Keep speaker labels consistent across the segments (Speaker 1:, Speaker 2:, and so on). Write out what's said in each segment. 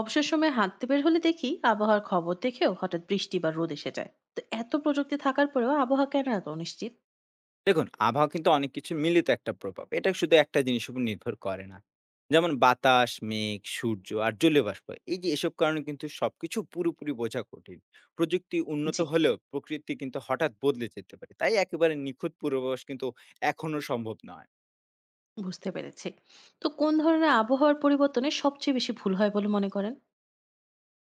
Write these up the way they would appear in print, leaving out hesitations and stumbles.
Speaker 1: অবসর সময়ে হাঁটতে বের হলে দেখি আবহাওয়ার খবর দেখেও হঠাৎ বৃষ্টি বা রোদ এসে যায়। তো এত প্রযুক্তি থাকার পরেও আবহাওয়া কেন এত অনিশ্চিত?
Speaker 2: দেখুন, আবহাওয়া কিন্তু অনেক কিছু মিলিত একটা প্রভাব। এটা শুধু একটা জিনিসের উপর নির্ভর করে না। যেমন বাতাস, মেঘ, সূর্য আর জলীয় বাষ্প। এই যে এসব কারণে কিন্তু সবকিছু পুরোপুরি বোঝা কঠিন। প্রযুক্তি উন্নত
Speaker 1: জি।
Speaker 2: হলেও প্রকৃতি কিন্তু হঠাৎ বদলে যেতে পারে। তাই একেবারে নিখুঁত পূর্বাভাস কিন্তু এখনো সম্ভব নয়।
Speaker 1: বুঝতে পেরেছি। তো কোন ধরনের আবহাওয়ার পরিবর্তনে সবচেয়ে বেশি ভুল হয় বলে মনে করেন?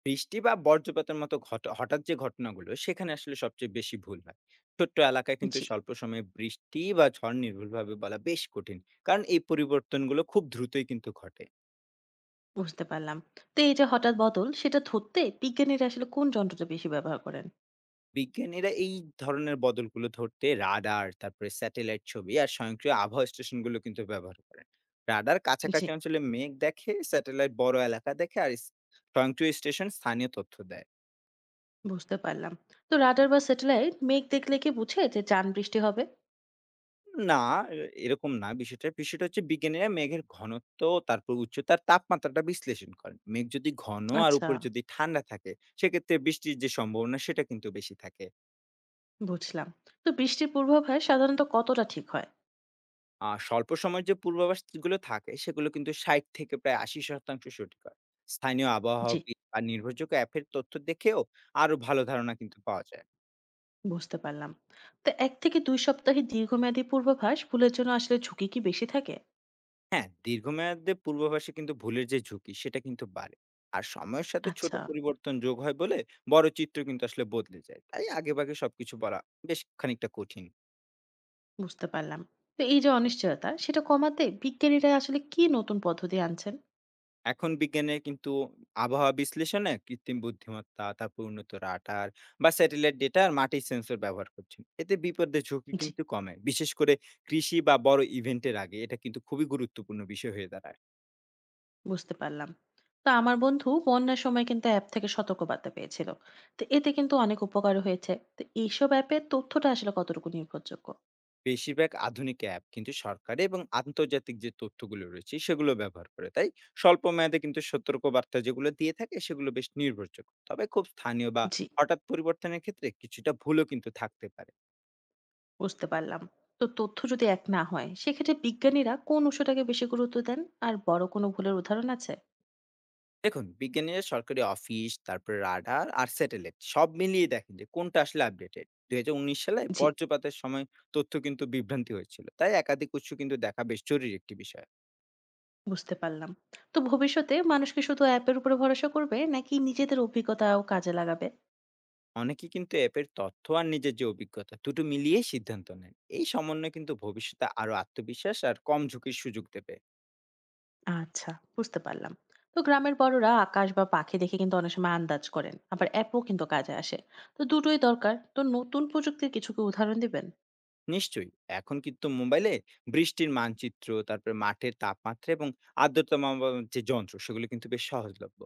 Speaker 2: বৃষ্টি বা বজ্রপাতের মতো হঠাৎ যে ঘটনাগুলো সেখানে আসলে সবচেয়ে বেশি ভুল হয়। ছোট্ট এলাকায় কিন্তু
Speaker 1: জি।
Speaker 2: স্বল্প সময়ে বৃষ্টি বা ঝড় নির্ভুলভাবে বলা বেশ কঠিন। কারণ এই পরিবর্তনগুলো খুব দ্রুতই কিন্তু ঘটে।
Speaker 1: বুঝতে পারলাম। তো এই যে হঠাৎ বদল, সেটা ধরতে বিজ্ঞানীরা আসলে কোন যন্ত্রটা বেশি ব্যবহার করেন?
Speaker 2: বিজ্ঞানীরা এই ধরনের বদলগুলো ধরতে রাডার, তারপরে স্যাটেলাইট ছবি আর স্বয়ংক্রিয় আবহাওয়া স্টেশনগুলো কিন্তু ব্যবহার করেন। রাডার
Speaker 1: জি।
Speaker 2: কাছাকাছি অঞ্চলে মেঘ দেখে, স্যাটেলাইট বড় এলাকা দেখে আর স্বয়ংক্রিয় স্টেশন স্থানীয় তথ্য দেয়।
Speaker 1: বুঝতে পারলাম। তো রাডার বা স্যাটেলাইট মেঘ দেখলে কি বুঝে যে যান বৃষ্টি হবে?
Speaker 2: না, এরকম না বিষয়টা। বিষয়টা হচ্ছে বিজ্ঞানীরা মেঘের ঘনত্ব, তারপর উচ্চতার তাপমাত্রাটা বিশ্লেষণ করেন। মেঘ যদি ঘন আর
Speaker 1: আচ্ছা।
Speaker 2: উপরে যদি ঠান্ডা থাকে, সেক্ষেত্রে বৃষ্টির যে সম্ভাবনা সেটা কিন্তু বেশি থাকে।
Speaker 1: বুঝলাম। তো বৃষ্টির পূর্বাভাস সাধারণত কতটা ঠিক হয়?
Speaker 2: স্বল্প সময়ের যে পূর্বাভাসগুলো থাকে, সেগুলো কিন্তু ৬০ থেকে প্রায় ৮০% সঠিক হয়। স্থানীয়
Speaker 1: জি।
Speaker 2: আবহাওয়াবিদ বা নির্ভরযোগ্য অ্যাপের তথ্য দেখেও আরো ভালো ধারণা কিন্তু পাওয়া যায়।
Speaker 1: বুঝতে পারলাম। তো ১ থেকে ২ সপ্তাহের দীর্ঘমেয়াদী পূর্বাভাস ভুলের জন্য আসলে ঝুঁকি কি বেশি থাকে?
Speaker 2: হ্যাঁ, দীর্ঘমেয়াদে পূর্বাভাসে কিন্তু ভুলের যে ঝুঁকি, সেটা কিন্তু বাড়ে। আর সময়ের সাথে ছোট
Speaker 1: আচ্ছা,
Speaker 2: পরিবর্তন যোগ হয় বলে বড় চিত্র কিন্তু আসলে বদলে যায়। তাই আগেভাগে সবকিছু বলা বেশ খানিকটা কঠিন।
Speaker 1: বুঝতে পারলাম। তো এই যে অনিশ্চয়তা সেটা কমাতে বিজ্ঞানীরা আসলে কি নতুন পদ্ধতি আনছেন?
Speaker 2: এখন বিজ্ঞানের কিন্তু আবহাওয়া বিশ্লেষণে কৃত্রিম বুদ্ধিমত্তা, তারপর উন্নত রাডার বা স্যাটেলাইট ডেটা আর মাটির সেন্সর ব্যবহার করছেন। এতে বিপদের ঝুঁকি
Speaker 1: জি,
Speaker 2: কিন্তু কমে। বিশেষ করে কৃষি বা বড় ইভেন্টের আগে এটা কিন্তু খুবই গুরুত্বপূর্ণ বিষয় হয়ে দাঁড়ায়।
Speaker 1: বুঝতে পারলাম। তো আমার বন্ধু বন্যার সময় কিন্তু অ্যাপ থেকে সতর্কবার্তা পেয়েছিল। তো এতে কিন্তু অনেক উপকার হয়েছে। তো এইসব অ্যাপের তথ্যটা আসলে কতটুকু নির্ভরযোগ্য?
Speaker 2: বেশিরভাগ আধুনিক অ্যাপ কিন্তু সরকারি এবং আন্তর্জাতিক যে তথ্যগুলো রয়েছে সেগুলো ব্যবহার করে। তাই স্বল্প মেয়াদে কিন্তু সতর্কবার্তা যেগুলো দিয়ে থাকে সেগুলো বেশ নির্ভরযোগ্য। তবে খুব স্থানীয় বা
Speaker 1: জি,
Speaker 2: হঠাৎ পরিবর্তনের ক্ষেত্রে কিছুটা ভুলও কিন্তু থাকতে পারে।
Speaker 1: বুঝতে পারলাম। তো তথ্য যদি এক না হয় সেক্ষেত্রে বিজ্ঞানীরা কোন উৎসটাকে বেশি গুরুত্ব দেন? আর বড় কোনো ভুলের উদাহরণ আছে?
Speaker 2: দেখুন, বিজ্ঞানীরা সরকারি অফিস তারপর রাডার আর স্যাটেলাইট সব মিলিয়ে দেখেন যে কোনটা আসলে আপডেটেড। ২০১৯ সালে
Speaker 1: জি।
Speaker 2: বজ্রপাতের সময় তথ্য কিন্তু বিভ্রান্তি হয়েছিল, তাই একাধিক উৎস কিন্তু দেখা বেশ জরুরি একটি বিষয়।
Speaker 1: বুঝতে পারলাম। তো ভবিষ্যতে মানুষ কি শুধু অ্যাপের উপরে ভরসা করবে নাকি নিজেদের অভিজ্ঞতাও কাজে লাগাবে?
Speaker 2: অনেকে কিন্তু অ্যাপের তথ্য আর নিজের যে অভিজ্ঞতা দুটো মিলিয়ে সিদ্ধান্ত নেন। এই সমন্বয় কিন্তু ভবিষ্যতে আরো আত্মবিশ্বাস আর কম ঝুঁকির সুযোগ দেবে।
Speaker 1: আচ্ছা, বুঝতে পারলাম। তো গ্রামের বড়রা আকাশ বা পাখি দেখে কিন্তু অনেক সময় আন্দাজ করেন। আবার অ্যাপও কিন্তু কাজে আসে। তো দুটোই দরকার। তো নতুন প্রযুক্তির কিছু কি উদাহরণ দিবেন?
Speaker 2: নিশ্চয়ই। এখন কিন্তু মোবাইলে বৃষ্টির মানচিত্র, তারপরে মাঠের তাপমাত্রা এবং আর্দ্রতা মাপার যে যন্ত্র সেগুলো কিন্তু বেশ সহজলভ্য।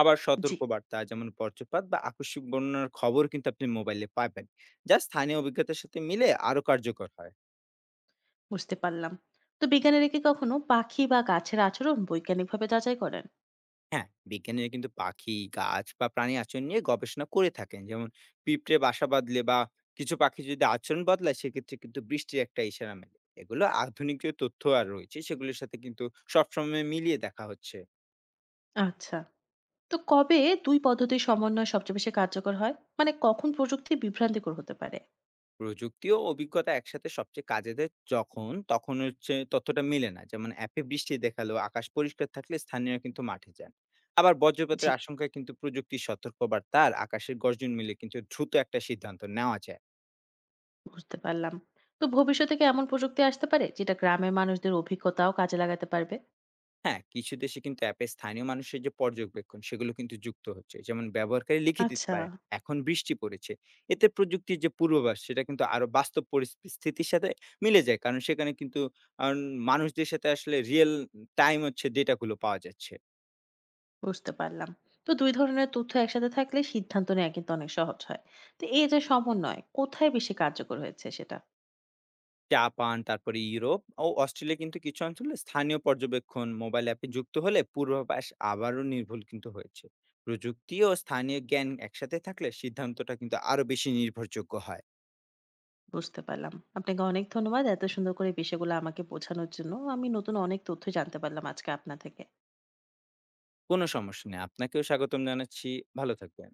Speaker 2: আবার
Speaker 1: জি,
Speaker 2: সতর্কবার্তা যেমন বজ্রপাত বা আকস্মিক বন্যার খবর কিন্তু আপনি মোবাইলে পাবেন, যা স্থানীয় অভিজ্ঞতার সাথে মিলে আরো কার্যকর হয়।
Speaker 1: বুঝতে পারলাম। তো বিজ্ঞানীরা কি কখনো পাখি বা গাছের আচরণ বৈজ্ঞানিকভাবে যাচাই করেন?
Speaker 2: হ্যাঁ, বিজ্ঞানীরা কিন্তু পাখি, গাছ বা প্রাণী আচরণ নিয়ে গবেষণা করে থাকেন। যেমন পিঁপড়ে বাসা বাঁধলে বা কিছু পাখি যদি আচরণ বদলায় সেক্ষেত্রে কিন্তু বৃষ্টির একটা ইশারা মেলে। এগুলো আধুনিক যে তথ্য আর রয়েছে সেগুলোর সাথে কিন্তু সবসময় মিলিয়ে দেখা হচ্ছে।
Speaker 1: আচ্ছা। তো কবে ২ পদ্ধতির সমন্বয় সবচেয়ে বেশি কার্যকর হয়? মানে কখন প্রযুক্তি বিভ্রান্তিকর হতে পারে?
Speaker 2: প্রযুক্তি ও অভিজ্ঞতা একসাথে সবচেয়ে কাজে দেয় যখন তখন হচ্ছে তথ্যটা মিলে না। যেমন অ্যাপে বৃষ্টি দেখালো, আকাশ পরিষ্কার থাকলে স্থানীয়রা কিন্তু মাঠে যান। আবার
Speaker 1: জি।
Speaker 2: বজ্রপাতের আশঙ্কায় কিন্তু প্রযুক্তির সতর্কবার্তা আর আকাশের গর্জন মিলে কিন্তু দ্রুত একটা সিদ্ধান্ত নেওয়া যায়।
Speaker 1: বুঝতে পারলাম। তো ভবিষ্যতে কি এমন প্রযুক্তি আসতে পারে যেটা গ্রামের মানুষদের অভিজ্ঞতাও কাজে লাগাতে পারবে?
Speaker 2: হ্যাঁ, কিছু দেশে কিন্তু অ্যাপে স্থানীয় মানুষের যে পর্যবেক্ষণ সেগুলো কিন্তু যুক্ত হচ্ছে। যেমন ব্যবহারকারী লিখে দিতে
Speaker 1: আচ্ছা,
Speaker 2: পারেন, এখন বৃষ্টি পড়েছে। এতে প্রযুক্তির যে পূর্বাভাস সেটা কিন্তু আরো বাস্তব পরিস্থিতির সাথে মিলে যায়। কারণ সেখানে কিন্তু আন মানুষদের সাথে আসলে রিয়াল টাইম হচ্ছে ডেটা গুলো পাওয়া যাচ্ছে।
Speaker 1: বুঝতে পারলাম। তো দুই ধরনের তথ্য একসাথে থাকলে সিদ্ধান্ত নেওয়া কিন্তু অনেক সহজ হয়। তো এই যে সমন্বয় কোথায় বেশি কার্যকর হয়েছে সেটা
Speaker 2: জাপান, তারপরে ইউরোপ ও অস্ট্রেলিয়া কিন্তু কিছু অঞ্চলে স্থানীয় পর্যবেক্ষণ মোবাইল অ্যাপে যুক্ত হলে পূর্বাভাস আবারও নির্ভুল কিন্তু হয়েছে। প্রযুক্তি ও স্থানীয় জ্ঞান একসাথে থাকলে সিদ্ধান্তটা কিন্তু আরো বেশি নির্ভরযোগ্য হয়।
Speaker 1: বুঝতে পারলাম। আপনাকে অনেক ধন্যবাদ এত সুন্দর করে বিষয়গুলো আমাকে বোঝানোর জন্য। আমি নতুন অনেক তথ্য জানতে পারলাম আজকে আপনার থেকে।
Speaker 2: কোনো সমস্যা নেই। আপনাকেও স্বাগতম জানাচ্ছি। ভালো থাকবেন।